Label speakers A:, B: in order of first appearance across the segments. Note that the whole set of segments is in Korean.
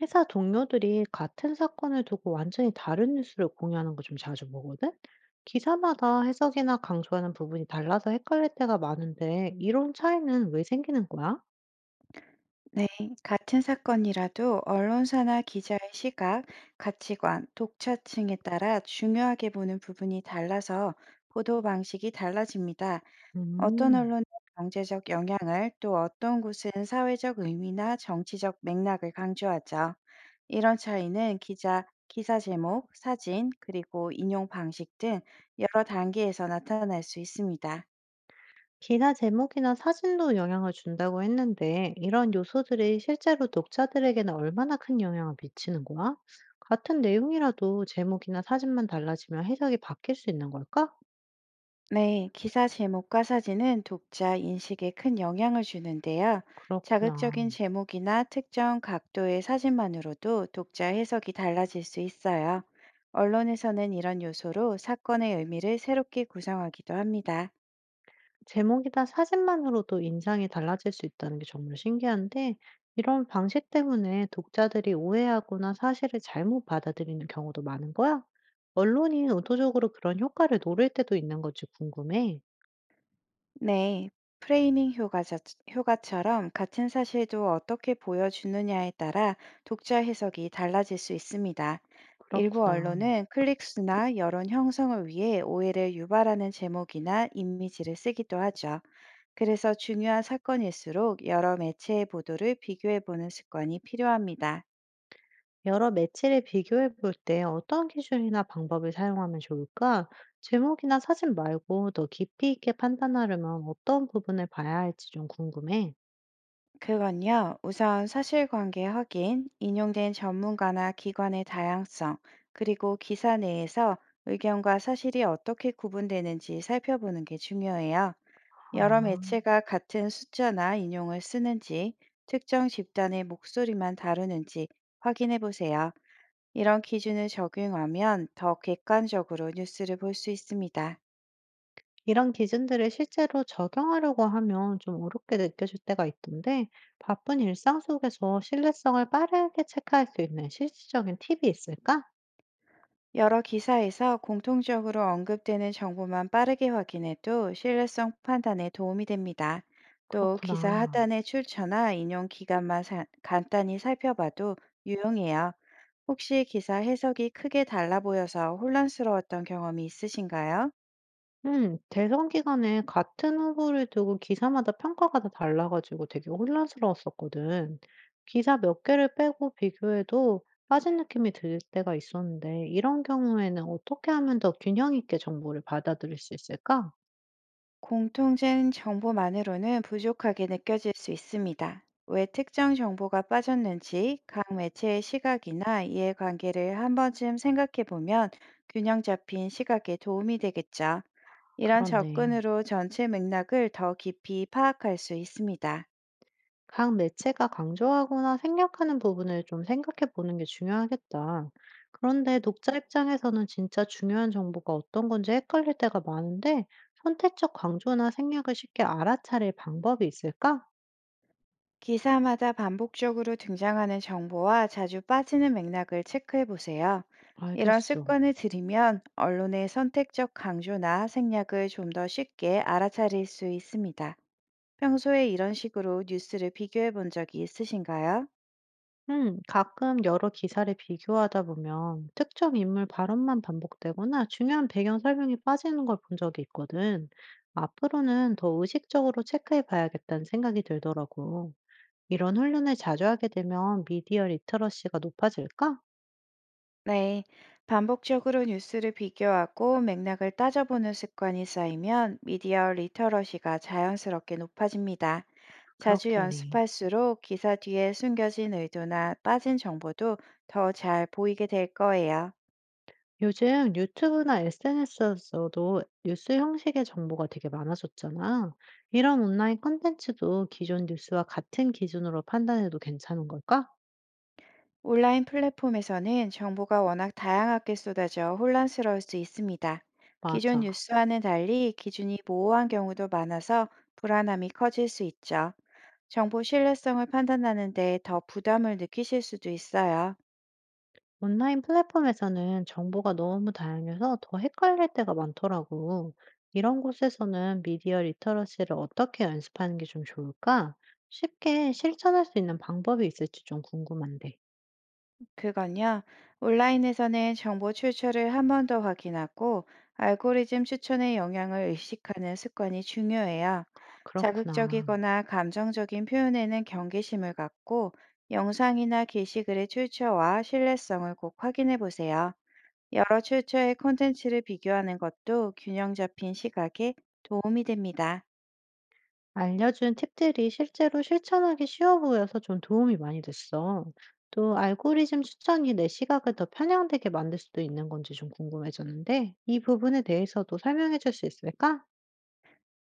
A: 회사 동료들이 같은 사건을 두고 완전히 다른 뉴스를 공유하는 거 좀 자주 보거든? 기사마다 해석이나 강조하는 부분이 달라서 헷갈릴 때가 많은데, 이런 차이는 왜 생기는 거야?
B: 네, 같은 사건이라도 언론사나 기자의 시각, 가치관, 독자층에 따라 중요하게 보는 부분이 달라서 보도 방식이 달라집니다. 어떤
A: 음,
B: 언론은 경제적 영향을 또 어떤 곳은 사회적 의미나 정치적 맥락을 강조하죠. 이런 차이는 기자, 기사 제목, 사진, 그리고 인용 방식 등 여러 단계에서 나타날 수 있습니다.
A: 기사 제목이나 사진도 영향을 준다고 했는데, 이런 요소들이 실제로 독자들에게는 얼마나 큰 영향을 미치는 거야? 같은 내용이라도 제목이나 사진만 달라지면 해석이 바뀔 수 있는 걸까?
B: 네, 기사 제목과 사진은 독자 인식에 큰 영향을 주는데요.
A: 그렇구나.
B: 자극적인 제목이나 특정 각도의 사진만으로도 독자 해석이 달라질 수 있어요. 언론에서는 이런 요소로 사건의 의미를 새롭게 구성하기도 합니다.
A: 제목이나 사진만으로도 인상이 달라질 수 있다는 게 정말 신기한데, 이런 방식 때문에 독자들이 오해하거나 사실을 잘못 받아들이는 경우도 많은 거야? 언론이 의도적으로 그런 효과를 노릴 때도 있는 건지 궁금해.
B: 네, 프레이밍 효과자, 효과처럼 같은 사실도 어떻게 보여주느냐에 따라 독자 해석이 달라질 수 있습니다. 일부
A: 그렇구나.
B: 언론은 클릭수나 여론 형성을 위해 오해를 유발하는 제목이나 이미지를 쓰기도 하죠. 그래서 중요한 사건일수록 여러 매체의 보도를 비교해 보는 습관이 필요합니다.
A: 여러 매체를 비교해 볼 때 어떤 기준이나 방법을 사용하면 좋을까? 제목이나 사진 말고 더 깊이 있게 판단하려면 어떤 부분을 봐야 할지 좀 궁금해.
B: 그건요, 우선 사실관계 확인, 인용된 전문가나 기관의 다양성, 그리고 기사 내에서 의견과 사실이 어떻게 구분되는지 살펴보는 게 중요해요. 여러
A: 아.
B: 매체가 같은 숫자나 인용을 쓰는지, 특정 집단의 목소리만 다루는지 확인해 보세요. 이런 기준을 적용하면 더 객관적으로 뉴스를 볼 수 있습니다.
A: 이런 기준들을 실제로 적용하려고 하면 좀 어렵게 느껴질 때가 있던데, 바쁜 일상 속에서 신뢰성을 빠르게 체크할 수 있는 실질적인 팁이 있을까?
B: 여러 기사에서 공통적으로 언급되는 정보만 빠르게 확인해도 신뢰성 판단에 도움이 됩니다. 또 기사
A: 그렇구나.
B: 하단의 출처나 인용 기간만 간단히 살펴봐도 유용해요. 혹시 기사 해석이 크게 달라 보여서 혼란스러웠던 경험이 있으신가요?
A: 대선 기간에 같은 후보를 두고 기사마다 평가가 다 달라가지고 되게 혼란스러웠었거든. 기사 몇 개를 빼고 비교해도 빠진 느낌이 들 때가 있었는데, 이런 경우에는 어떻게 하면 더 균형 있게 정보를 받아들일 수 있을까?
B: 공통된 정보만으로는 부족하게 느껴질 수 있습니다. 왜 특정 정보가 빠졌는지 각 매체의 시각이나 이해관계를 한 번쯤 생각해 보면 균형 잡힌 시각에 도움이 되겠죠. 이런
A: 그렇네.
B: 접근으로 전체 맥락을 더 깊이 파악할 수 있습니다.
A: 각 매체가 강조하거나 생략하는 부분을 좀 생각해 보는 게 중요하겠다. 그런데 독자 입장에서는 진짜 중요한 정보가 어떤 건지 헷갈릴 때가 많은데 선택적 강조나 생략을 쉽게 알아차릴 방법이 있을까?
B: 기사마다 반복적으로 등장하는 정보와 자주 빠지는 맥락을 체크해 보세요. 이런
A: 알겠어.
B: 습관을 들이면 언론의 선택적 강조나 생략을 좀 더 쉽게 알아차릴 수 있습니다. 평소에 이런 식으로 뉴스를 비교해 본 적이 있으신가요?
A: 가끔 여러 기사를 비교하다 보면 특정 인물 발언만 반복되거나 중요한 배경 설명이 빠지는 걸 본 적이 있거든. 앞으로는 더 의식적으로 체크해 봐야겠다는 생각이 들더라고. 이런 훈련을 자주 하게 되면 미디어 리터러시가 높아질까?
B: 네. 반복적으로 뉴스를 비교하고 맥락을 따져보는 습관이 쌓이면 미디어 리터러시가 자연스럽게 높아집니다. 자주
A: 그렇겠네.
B: 연습할수록 기사 뒤에 숨겨진 의도나 빠진 정보도 더 잘 보이게 될 거예요.
A: 요즘 유튜브나 SNS에서도 뉴스 형식의 정보가 되게 많아졌잖아. 이런 온라인 콘텐츠도 기존 뉴스와 같은 기준으로 판단해도 괜찮은 걸까?
B: 온라인 플랫폼에서는 정보가 워낙 다양하게 쏟아져 혼란스러울 수 있습니다. 기존
A: 맞아.
B: 뉴스와는 달리 기준이 모호한 경우도 많아서 불안함이 커질 수 있죠. 정보 신뢰성을 판단하는데 더 부담을 느끼실 수도 있어요.
A: 온라인 플랫폼에서는 정보가 너무 다양해서 더 헷갈릴 때가 많더라고. 이런 곳에서는 미디어 리터러시를 어떻게 연습하는 게 좀 좋을까? 쉽게 실천할 수 있는 방법이 있을지 좀 궁금한데.
B: 그건요, 온라인에서는 정보 출처를 한 번 더 확인하고 알고리즘 추천의 영향을 의식하는 습관이 중요해요.
A: 그렇구나.
B: 자극적이거나 감정적인 표현에는 경계심을 갖고 영상이나 게시글의 출처와 신뢰성을 꼭 확인해 보세요. 여러 출처의 콘텐츠를 비교하는 것도 균형 잡힌 시각에 도움이 됩니다.
A: 알려준 팁들이 실제로 실천하기 쉬워 보여서 좀 도움이 많이 됐어. 또 알고리즘 추천이 내 시각을 더 편향되게 만들 수도 있는 건지 좀 궁금해졌는데, 이 부분에 대해서도 설명해 줄 수 있을까?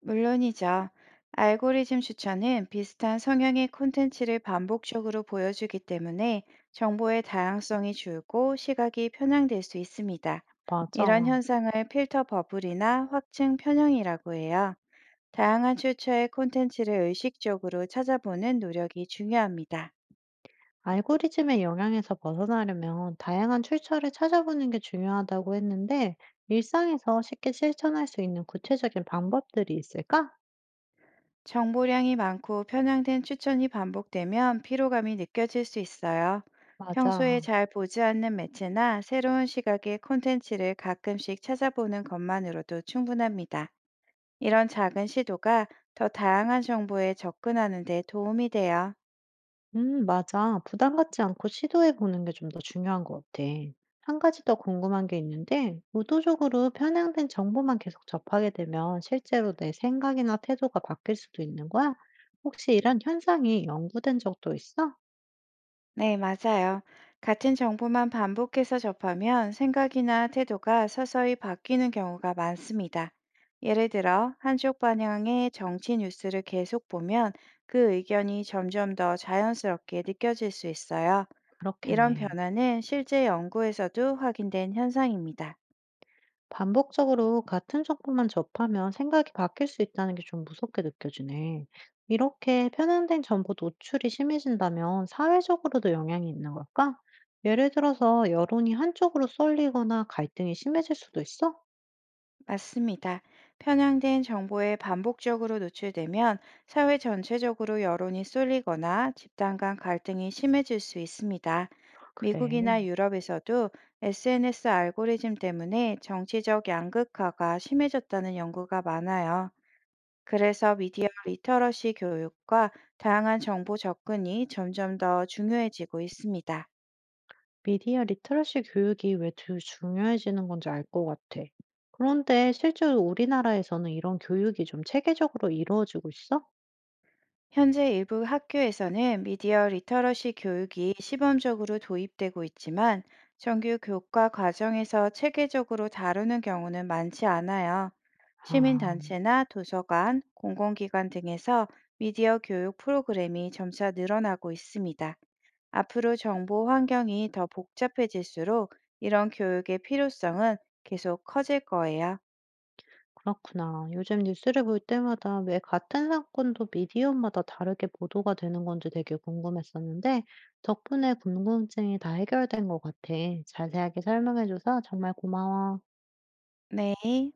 B: 물론이죠. 알고리즘 추천은 비슷한 성향의 콘텐츠를 반복적으로 보여주기 때문에 정보의 다양성이 줄고 시각이 편향될 수 있습니다. 이런
A: 맞아.
B: 현상을 필터 버블이나 확증 편향이라고 해요. 다양한 출처의 콘텐츠를 의식적으로 찾아보는 노력이 중요합니다.
A: 알고리즘의 영향에서 벗어나려면 다양한 출처를 찾아보는 게 중요하다고 했는데, 일상에서 쉽게 실천할 수 있는 구체적인 방법들이 있을까?
B: 정보량이 많고 편향된 추천이 반복되면 피로감이 느껴질 수 있어요. 평소에
A: 맞아.
B: 잘 보지 않는 매체나 새로운 시각의 콘텐츠를 가끔씩 찾아보는 것만으로도 충분합니다. 이런 작은 시도가 더 다양한 정보에 접근하는 데 도움이 돼요.
A: 맞아. 부담 갖지 않고 시도해 보는 게 좀 더 중요한 것 같아. 한 가지 더 궁금한 게 있는데, 의도적으로 편향된 정보만 계속 접하게 되면 실제로 내 생각이나 태도가 바뀔 수도 있는 거야? 혹시 이런 현상이 연구된 적도 있어?
B: 네, 맞아요. 같은 정보만 반복해서 접하면 생각이나 태도가 서서히 바뀌는 경우가 많습니다. 예를 들어, 한쪽 방향의 정치 뉴스를 계속 보면 그 의견이 점점 더 자연스럽게 느껴질 수 있어요. 이런
A: 그렇겠네.
B: 변화는 실제 연구에서도 확인된 현상입니다.
A: 반복적으로 같은 정보만 접하면 생각이 바뀔 수 있다는 게 좀 무섭게 느껴지네. 이렇게 편향된 정보 노출이 심해진다면 사회적으로도 영향이 있는 걸까? 예를 들어서 여론이 한쪽으로 쏠리거나 갈등이 심해질 수도 있어?
B: 맞습니다. 편향된 정보에 반복적으로 노출되면 사회 전체적으로 여론이 쏠리거나 집단 간 갈등이 심해질 수 있습니다.
A: 그래.
B: 미국이나 유럽에서도 SNS 알고리즘 때문에 정치적 양극화가 심해졌다는 연구가 많아요. 그래서 미디어 리터러시 교육과 다양한 정보 접근이 점점 더 중요해지고 있습니다.
A: 미디어 리터러시 교육이 왜 더 중요해지는 건지 알 것 같아. 그런데 실제로 우리나라에서는 이런 교육이 좀 체계적으로 이루어지고 있어?
B: 현재 일부 학교에서는 미디어 리터러시 교육이 시범적으로 도입되고 있지만 정규 교과 과정에서 체계적으로 다루는 경우는 많지 않아요.
A: 아.
B: 시민단체나 도서관, 공공기관 등에서 미디어 교육 프로그램이 점차 늘어나고 있습니다. 앞으로 정보 환경이 더 복잡해질수록 이런 교육의 필요성은 계속 커질 거예요.
A: 그렇구나. 요즘 뉴스를 볼 때마다 왜 같은 사건도 미디어마다 다르게 보도가 되는 건지 되게 궁금했었는데, 덕분에 궁금증이 다 해결된 것 같아. 자세하게 설명해줘서 정말 고마워.
B: 네.